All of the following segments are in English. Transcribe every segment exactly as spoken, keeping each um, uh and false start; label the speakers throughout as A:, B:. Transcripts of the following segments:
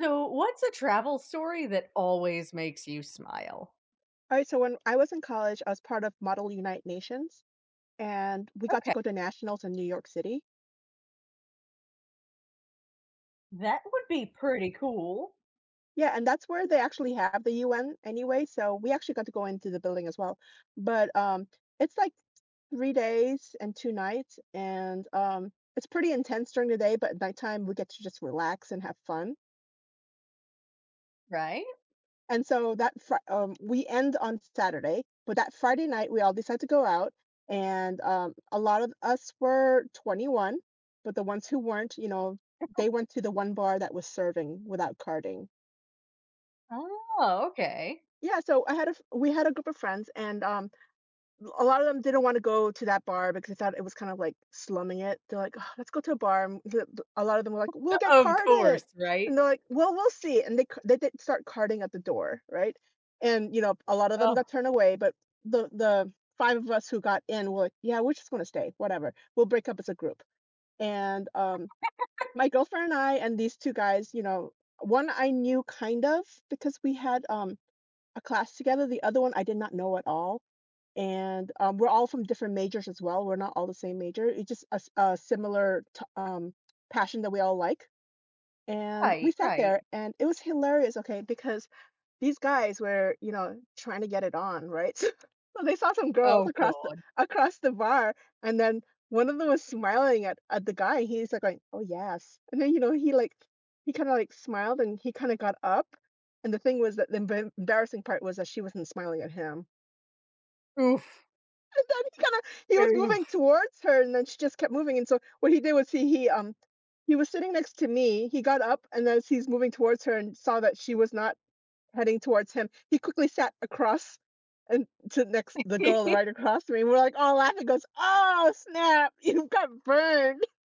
A: So, what's a travel story that always makes you smile?
B: All right, so when I was in college, I was part of Model Unite Nations, and we got to
A: Okay,
B: go to nationals in New York City.
A: that would be pretty cool.
B: Yeah, and that's where they actually have the U N anyway, so we actually got to go into the building as well. But um, It's like three days and two nights, and um, it's pretty intense during the day, but at nighttime we get to just relax and have fun.
A: Right?
B: And so that Fri um, we end on Saturday, but that Friday night, we all decide to go out, and, um, a lot of us were twenty-one, but the ones who weren't, you know, they went to the one bar that was serving without carding.
A: Oh, okay.
B: Yeah, so I had a f we had a group of friends, and, um a lot of them didn't want to go to that bar because they thought it was kind of like slumming it. They're like, "Ugh, let's go to a bar." And the- the- a lot of them were like, "We'll get
A: Of course,
B: carded."
A: right?
B: And they're like, "Well, we'll see." And they, c- they did start carding at the door, right? And, you know, a lot of them
A: Oh,
B: got turned away, but the, the five of us who got in were like, "Yeah, we're just going to stay, whatever. We'll break up as a group." And um, my girlfriend and I and these two guys, you know, one I knew kind of because we had um, a class together. The other one I did not know at all, and um, we're all from different majors as well. We're not all the same major. It's just a, s- a similar t- um, passion that we all like. And we
A: right,
B: sat
A: right.
B: there, and it was hilarious. Okay, because these guys were, you know, trying to get it on, right? So they saw some girls
A: Oh,
B: across the
A: God.
B: across the bar, and then one of them was smiling at at the guy. He's like going, "Oh, yes," and then you know he like he kind of like smiled, and he kind of got up. And the thing was that the embar- embarrassing part was that she wasn't smiling at him,
A: Oof.
B: and then he kinda he was moving
A: Oof.
B: towards her, and then she just kept moving, and so what he did was he he, um he was sitting next to me, he got up, and as he's moving towards her and saw that she was not heading towards him, he quickly sat across and to next the girl right across from me. We're, like, all laughing, goes, "Oh, snap, you got burned."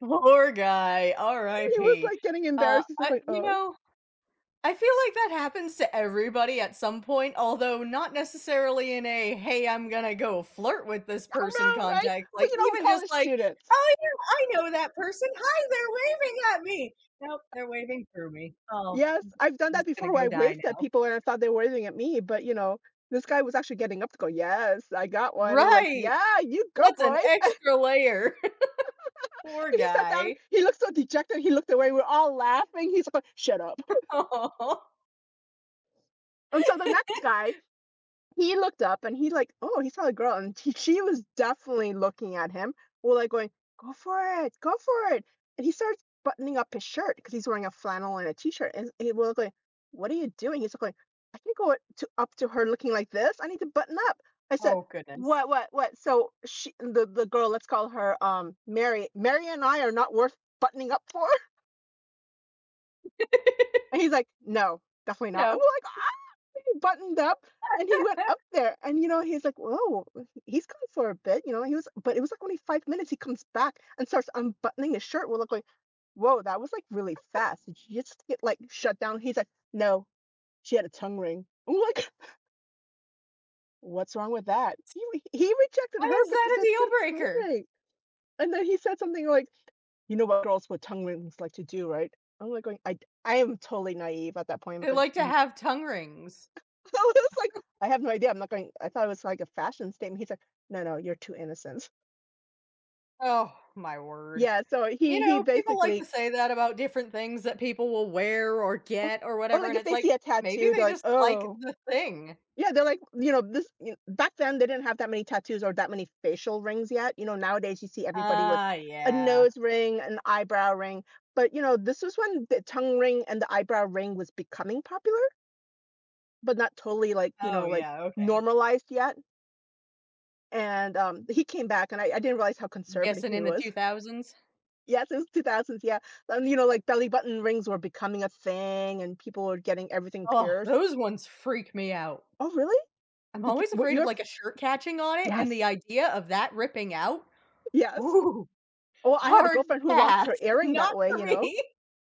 A: Poor guy.
B: He was,
A: R I P.
B: like, getting
A: Uh,
B: embarrassed, he's, like,
A: I,
B: going,
A: you
B: "Oh."
A: know, I feel like that happens to everybody at some point, although not necessarily in a "Hey, I'm gonna go flirt with this
B: I don't
A: person"
B: know, right?
A: context, like,
B: But, you know, we're
A: even just
B: college
A: like,
B: students.
A: "Oh, yeah, I know that person. Hi, they're waving at me." "Nope, they're waving through me. Oh,
B: Yes,
A: I'm
B: I've done that
A: just gonna
B: before where
A: go
B: I
A: die
B: waved at
A: now."
B: people and I thought they were waving at me, but, you know, this guy was actually getting up to go, "Yes, I got one." We're like,
A: Right!
B: "Yeah, you go,
A: That's an
B: boy."
A: extra layer. Poor
B: He sat down,
A: guy.
B: he looked so dejected, he looked away, we're all laughing, he's like, "Shut up."
A: Oh,
B: And so the next guy, he looked up and he like, "Oh, he saw a girl," and he she was definitely looking at him. Well, like going, "Go for it, go for it," and he starts buttoning up his shirt because he's wearing a flannel and a t-shirt, and he will going, "What are you doing?" He's like, "I can't go to up to her looking like this. I need to button up." I said,
A: oh, goodness.
B: "What, what, what?" So she, the the girl, let's call her um Mary. "Mary and I are not worth buttoning up for." And he's like, "No, definitely not." And
A: No.
B: we're like, he buttoned up and he went up there and, you know, he's like, "Whoa, he's gone for a bit," you know, he was but it was like only five minutes, he comes back and starts unbuttoning his shirt, we're look like, going, "Whoa, that was like really fast. Did you just get like shut down?" He's like, "No, she had a tongue ring." I'm like, "What's wrong with that?" He re he rejected
A: Why
B: her
A: is
B: because
A: that a
B: said she
A: deal
B: had a tongue
A: breaker?
B: ring, and then he said something like, "You know what girls with tongue rings like to do, right?" I'm like going, I I am totally naive at that point, I'm like
A: They like to
B: going,
A: have tongue rings.
B: I was like, "I have no idea. I'm not going." I thought it was like a fashion statement. He's like, "No, no, you're too innocent."
A: Oh, my word.
B: Yeah, so
A: You
B: he he
A: know, people like to
B: basically
A: say that about different things that people will wear or
B: oh,
A: get or
B: yeah. Or
A: whatever,
B: like
A: and
B: if
A: it's
B: they
A: like,
B: see a
A: maybe
B: tattoo, they're
A: they
B: like,
A: just like
B: "Oh."
A: the thing.
B: Yeah, they're like, you know, this you know, back then they didn't have that many tattoos or that many facial rings yet. You know, nowadays you see everybody with
A: Ah,
B: a
A: yeah.
B: nose ring, an eyebrow ring. But, you know, this was when the tongue ring and the eyebrow ring was becoming popular, but not totally like, you
A: Oh,
B: know, like
A: yeah, okay.
B: normalized yet. And um, he came back and I, I didn't realize how conservative
A: Guessing
B: he
A: in the
B: was.
A: two thousands?
B: Yes, it was two thousands, yeah, and, you know, like, belly button rings were becoming a thing, and people were getting everything
A: Oh,
B: pierced.
A: those ones freak me out.
B: Oh, really?
A: I'm
B: Did you
A: always
B: were
A: afraid of,
B: your
A: like, a shirt catching on it, and the
B: yes,
A: idea of that ripping out,
B: yes.
A: ooh,
B: Oh, I had a
A: hard
B: girlfriend who lost
A: pass.
B: her earring
A: Not
B: that way,
A: for
B: you know?
A: me.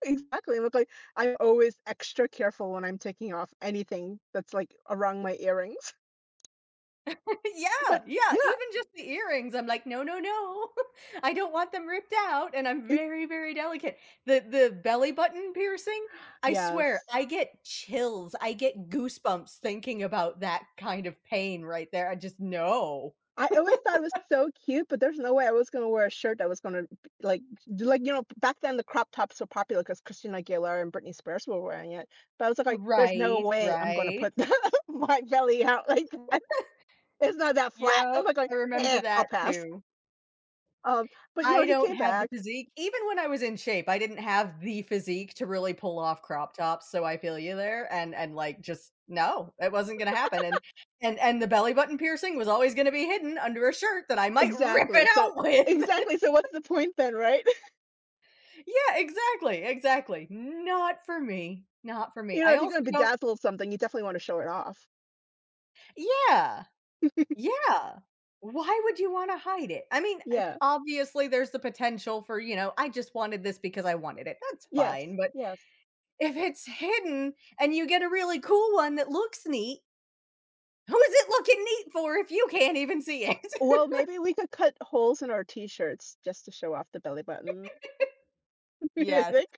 B: Exactly, look like I'm always extra careful when I'm taking off anything that's, like, around my earrings.
A: Yeah,
B: But
A: yeah,
B: yeah,
A: even just the earrings, I'm like, "No, no, no, I don't want them ripped out," and I'm
B: it
A: very, very delicate. The the belly button piercing, I swear,
B: yes.
A: I get chills, I get goosebumps thinking about that kind of pain right there, I just know.
B: I always thought it was so cute, but there's no way I was gonna wear a shirt that was gonna b like do like, you know, back then the crop tops were popular because Christina Aguilera and Britney Spears were wearing it, but I was like, "There's no
A: Right,
B: way I'm gonna
A: right.
B: put my belly out like that. It's not that flat." I'm
A: Yep,
B: like going,
A: I remember
B: "Eh, I'll
A: that
B: pass."
A: too.
B: Um, but, you know,
A: I
B: he
A: don't
B: came
A: have the
B: back
A: physique. Even when I was in shape, I didn't have the physique to really pull off crop tops, so I feel you there, and and, like, just no, it wasn't gonna happen, and and and the belly button piercing was always gonna be hidden under a shirt that I might rip
B: exactly,
A: it
B: so
A: out with.
B: exactly, so what's the point then, right?
A: Yeah, exactly, exactly. Not for me, not for me.
B: You know,
A: I
B: if you're
A: also
B: gonna
A: don't.
B: bedazzle something, you definitely wanna show it off.
A: Yeah, yeah. Why would you wanna hide it? I mean, eh,
B: Yeah.
A: obviously, there's the potential for, you know, "I just wanted this because I wanted it." That's
B: Yes,
A: fine, but
B: yes.
A: if it's hidden and you get a really cool one that looks neat, who is it looking neat for if you can't even see it?
B: Well, maybe we could cut holes in our T-shirts just to show off the belly button. You
A: Yes.
B: think?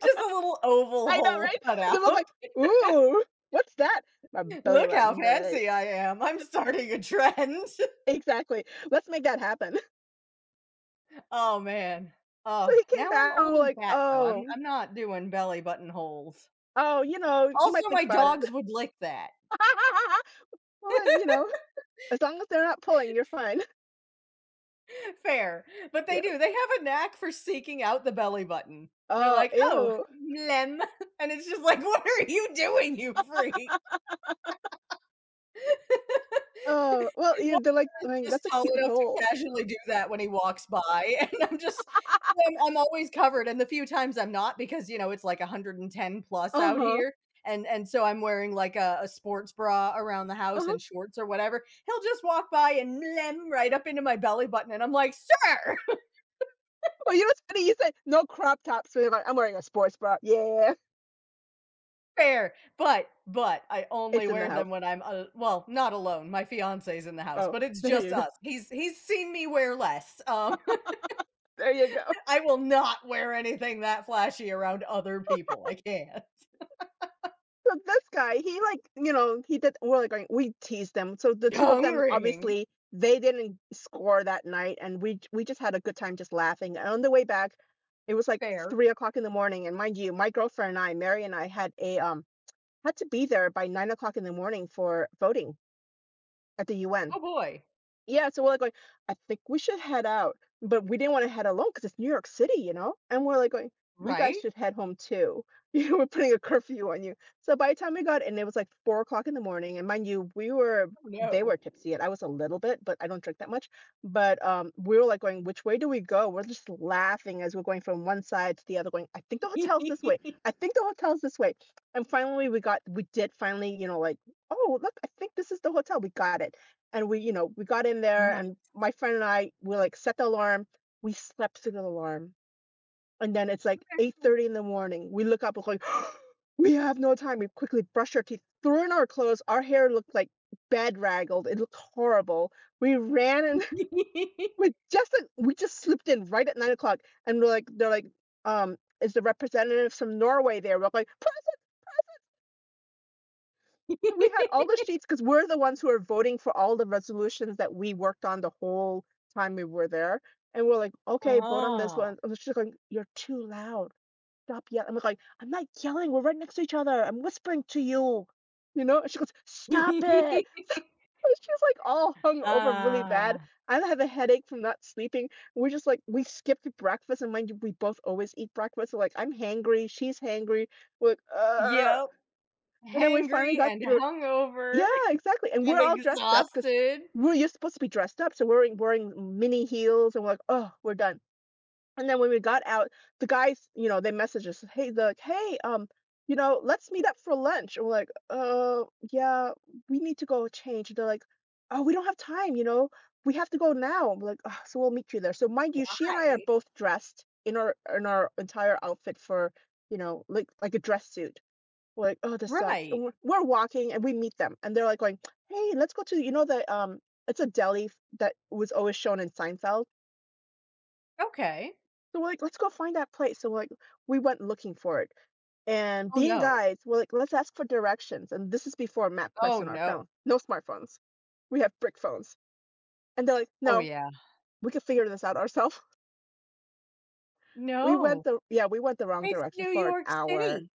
A: Just a little oval
B: I know,
A: hole
B: right?
A: cut
B: And they
A: out.
B: look like, "Ooh, what's that?" "My belly
A: "Look how
B: button," right?
A: fancy I am. I'm starting a trend."
B: Exactly. Let's make that happen.
A: Oh, man.
B: So
A: Oh,
B: he came
A: now I'm
B: back and
A: old
B: we're
A: and
B: like,
A: fat, though. I'm
B: "Oh,
A: I'm not doing belly button holes.
B: oh, you know, you might
A: Also,
B: think
A: my
B: about it."
A: dogs would lick that.
B: "Well, then, you know, as long as they're not pulling, you're fine."
A: Fair, but they
B: Yes.
A: do. They have a knack for seeking out the belly button. They're
B: "Oh,
A: like, "Oh,
B: ew.
A: lem," and it's just like, "What are you doing, you freak?"
B: Oh, well," you
A: Won't
B: know, they're like, like,
A: just
B: "That's a
A: tall
B: cute
A: enough to
B: hole."
A: casually do that when he walks by, and I'm just I'm I'm always covered, and the few times I'm not because, you know, it's like one hundred and ten plus out
B: Uh-huh,
A: here, and and so I'm wearing, like, a a sports bra around the house
B: uh-huh.
A: and shorts or whatever, he'll just walk by and blem right up into my belly button, and I'm like, "Sir,
B: Well, you know what's funny? You said, "No crop tops." So you're like, "I'm wearing a sports bra." "Yeah."
A: fair," but but I only
B: It's in the
A: wear
B: house.
A: them when I'm al well, not alone, my fiance's in the house,
B: Oh,
A: but it's
B: there
A: just
B: you go.
A: us. He's he's seen me wear less, um
B: There you go.
A: I will not wear anything that flashy around other people. I can't.
B: So this guy, he like, you know, he did we're like going we teased them. So the two of
A: Tongue
B: them,
A: ring.
B: obviously, they didn't score that night, and we j we just had a good time just laughing. And on the way back, it was like
A: Fair.
B: three o'clock in the morning, and mind you, my girlfriend and I, Mary and I had a, um had to be there by nine o'clock in the morning for voting at the U N.
A: Oh boy.
B: Yeah, so we're like going, "I think we should head out," but we didn't wanna head alone because it's New York City, you know? And we're like going, "You guys
A: Right?
B: should head home too." You know, we're putting a curfew on you. So by the time we got in, it was like four o'clock in the morning, and mind you, we were
A: Oh
B: they were
A: no.
B: tipsy, and I was a little bit, but I don't drink that much. But, um, we were like going, "Which way do we go?" We're just laughing as we're going from one side to the other going, "I think the hotel's this way. I think the hotel's this way." And finally, we got we did finally, you know, like, "Oh, look, I think this is the hotel." We got it and we, you know, we got in there and
A: Nice.
B: my friend and I, we like set the alarm. We slept through the alarm. And then it's like eight thirty in the morning. We look up, we're like, we have no time. We quickly brushed our teeth, threw in our clothes. Our hair looked like bed raggled. It looked horrible. We ran and we just like, we just slipped in right at nine o'clock. And we're like, they're like, um, is the representative from Norway there? We're like, we had all the sheets because we're the ones who are voting for all the resolutions that we worked on the whole time we were there. And we're like, okay, vote on this
A: Ah.
B: one. And she's like, you're too loud. Stop yelling. I'm like, "Like, I'm not yelling. We're right next to each other. I'm whispering to you. You know? And she goes, stop it. And she's like all hung over really bad.
A: Ah.
B: I have a headache from not sleeping. We're just like, we skipped breakfast. And mind you, we both always eat breakfast. So like, I'm hangry. She's hangry. We're like, uh.
A: Yep.
B: And then we finally
A: Hangry
B: got
A: and
B: through,
A: hungover
B: yeah, exactly, and
A: and
B: we're all dressed up because
A: exhausted.
B: we 'cause we're you're supposed to be dressed up, so we're wearing wearing mini heels and we're like, "Oh, we're done." And then when we got out, the guys, you know, they messaged us, "Hey," the, "Hey, um, you know, let's meet up for lunch." And we're like, "Uh, yeah, we need to go change." And they're like, "Oh, we don't have time, you know, we have to go now." I'm like, oh, so we'll meet you there." So mind you, she and I
A: Why?
B: are both dressed in our in our entire outfit for, you know, like like a dress suit. We're like, "Oh, this sucks."
A: Right.
B: And we're we're walking and we meet them and they're like going, "Hey, let's go to," you know, the, um it's a deli f that was always shown in Seinfeld.
A: Okay.
B: So we're like, "Let's go find that place." So, we're like, we went looking for it. And
A: Oh
B: being
A: no.
B: guides, we're like, "Let's ask for directions." And this is before
A: Oh
B: MapQuest on our
A: no.
B: phone. No smartphones. We have brick phones. And they're like,
A: Oh
B: "No,
A: yeah.
B: we can figure this out ourselves." We went
A: No.
B: the yeah, we went the wrong
A: It's
B: direction
A: New
B: for an
A: York
B: hour.
A: City.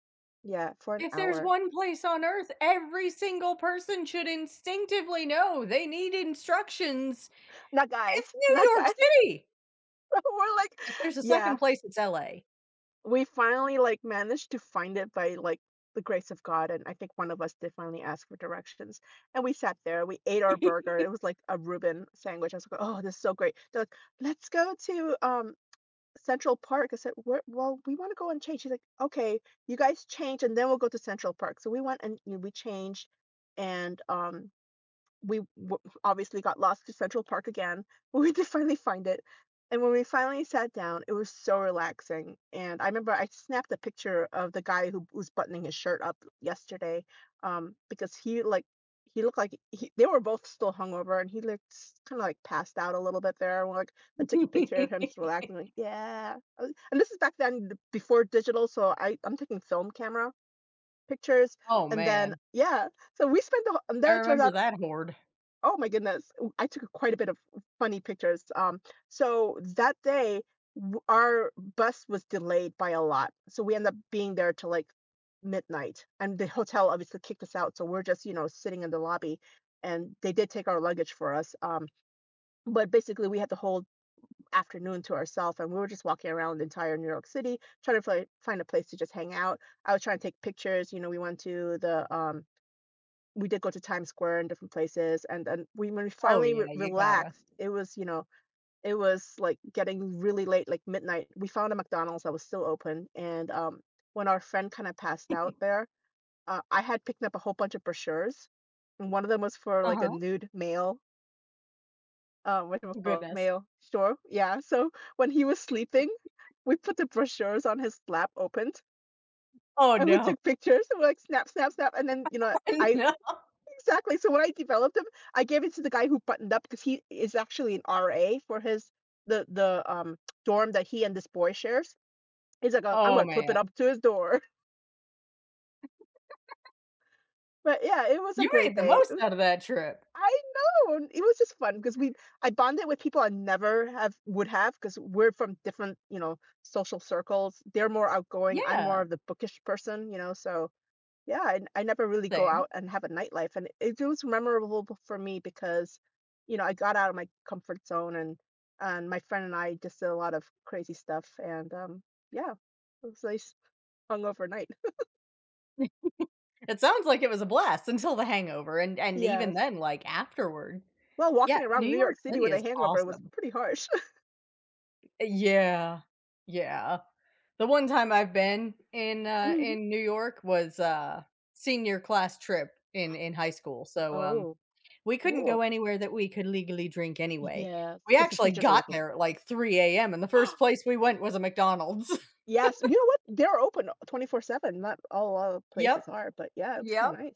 B: Yeah, for an
A: If there's
B: hour.
A: one place on earth, every single person should instinctively know they need instructions.
B: Not
A: It's
B: guys,
A: New
B: not
A: York
B: guys.
A: City.
B: We're like,
A: If there's a second
B: yeah.
A: place, it's L A.
B: We finally, like, managed to find it by, like, the grace of God, and I think one of us did finally ask for directions, and we sat there, we ate our burger, it was like a Reuben sandwich, I was like, "Oh, this is so great." They're like, "Let's go to, um, Central Park." I said, "Where well, we wanna go and change." She's like, "Okay, you guys change, and then we'll go to Central Park." So we went and, you know, we changed, and, um we w- obviously got lost to Central Park again, but we did finally find it. And when we finally sat down, it was so relaxing. And I remember I snapped a picture of the guy who was buttoning his shirt up yesterday, um, because he like he looked like he, they were both still hungover, and he looked kind of like passed out a little bit there. And we're like, I took a picture of him just relaxing, like yeah. I was- And this is back then th- before digital, so I I'm taking film camera pictures,
A: Oh,
B: and then
A: man.
B: yeah, so we spent the whole, and
A: I
B: then it turns
A: remember
B: out,
A: that horde.
B: oh my goodness. W I took quite a bit of funny pictures, um, so that day, w our bus was delayed by a lot, so we ended up being there till, like, midnight, and the hotel obviously kicked us out, so we're just, you know, sitting in the lobby, and they did take our luggage for us, um, but basically, we had the whole afternoon to ourselves, and we were just walking around the entire New York City, trying to fi find a place to just hang out. I was trying to take pictures, you know, we went to the, um we did go to Times Square and different places, and then we when we
A: Oh,
B: finally re-
A: yeah, you gotta.
B: relaxed, it was, you know, it was like getting really late, like midnight. We found a McDonald's that was still open, and um, when our friend kind of passed out there, uh, I had picked up a whole bunch of brochures, and one of them was for like a
A: Uh-huh.
B: nude male, uh, what do you call it?
A: Goodness.
B: Male? Sure, yeah. So when he was sleeping, we put the brochures on his lap, opened,
A: Oh,
B: and we
A: no.
B: took pictures, and we're like snap, snap, snap, and then you know I,
A: No.
B: exactly. So when I developed them, I gave it to the guy who buttoned up because he is actually an R A for his the the um dorm that he and this boy shares. He's like, "Uh, I'm
A: Oh,
B: gonna clip it up
A: man.
B: to his door. But yeah, it was a
A: You made
B: great
A: the
B: day. It
A: most
B: was,
A: out of that trip.
B: I know, and it was just fun because we I bonded with people I never have would have because we're from different, you know, social circles. They're more outgoing. I'm more
A: Yeah,
B: of the bookish person, you know. So yeah, I I never really go
A: same.
B: out and have a nightlife, and it was memorable b- for me because, you know, I got out of my comfort zone and and my friend and I just did a lot of crazy stuff, and um, yeah, it was nice hungover night.
A: It sounds like it was a blast until the hangover, and and even
B: Yes.
A: then, like, afterward.
B: Well,
A: Yeah,
B: walking
A: New
B: around New York
A: York
B: City
A: City
B: with
A: is
B: a hangover was
A: awesome.
B: pretty harsh.
A: Yeah, yeah. The one time I've been in, uh,
B: Mhm.
A: in New York was, uh, senior class trip in in high school, so, um,
B: Oh,
A: we couldn't go
B: cool.
A: anywhere that we could legally drink anyway.
B: Yes,
A: We
B: because the
A: actually
B: teachers are
A: got
B: looking.
A: there at, like, three a m, and the first place we went was a McDonald's.
B: Yes, you know what? They're open twenty-four seven. Not all, all
A: Yep,
B: places are, but yeah, it was kind
A: yep,
B: of nice,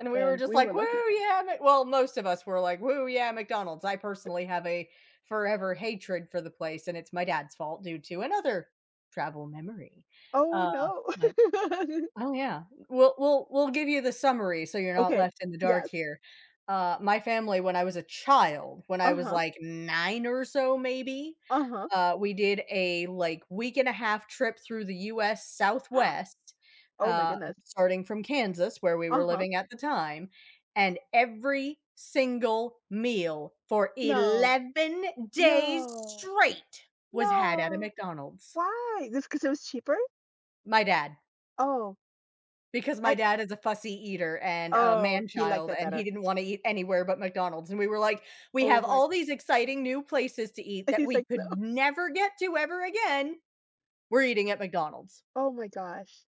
A: and we were
B: and
A: just
B: we were
A: like, "Woo,
B: lucky.
A: yeah, Mc" well, most of us were like, "Woo, yeah, McDonald's." I personally have a forever hatred for the place, and it's my dad's fault due to another travel memory,
B: Oh,
A: uh,
B: no.
A: but oh, yeah. We'll we'll we'll give you the summary so you're not
B: Okay.
A: left in the dark
B: Yes.
A: here. Uh, my family, when I was a child, when I was,
B: Uh-huh.
A: like, nine or so maybe,
B: Uh-huh.
A: uh, we did a, like, week and a half trip through the U S Southwest,
B: Oh my
A: uh,
B: goodness.
A: starting from Kansas, where we were
B: Uh-huh.
A: living at the time, and every single meal for
B: No.
A: eleven days
B: No.
A: straight was had at a
B: No.
A: McDonald's.
B: Why? This because it was cheaper?
A: My dad.
B: Oh,
A: Because my
B: I
A: dad is a fussy eater and a
B: oh,
A: man
B: he liked
A: child,
B: it
A: and he
B: better.
A: didn't wanna eat anywhere but McDonald's, and we were like, "We
B: Oh
A: have
B: my.
A: all these exciting new places to eat that
B: He's
A: we
B: like, "No."
A: could never get to ever again. We're eating at McDonald's."
B: Oh my gosh.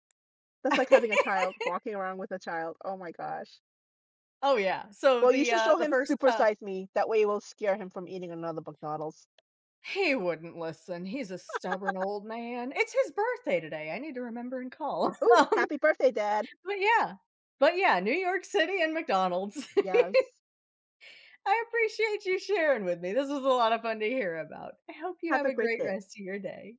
B: That's like having a child, walking around with a child. Oh my gosh.
A: Oh, yeah. So
B: Well, you
A: the,
B: should
A: uh
B: show
A: the
B: him
A: first,
B: Super
A: uh
B: Size Me. That way it will scare him from eating another McDonald's.
A: he wouldn't listen. He's a stubborn old man. It's his birthday today. I need to remember and call.
B: Oh,
A: Um,
B: happy birthday, Dad.
A: but yeah. But yeah, New York City and McDonald's.
B: Yes.
A: I appreciate you sharing with me. This was a lot of fun to hear about. I hope you
B: Have
A: have
B: a
A: a
B: great
A: great
B: day.
A: rest of your day.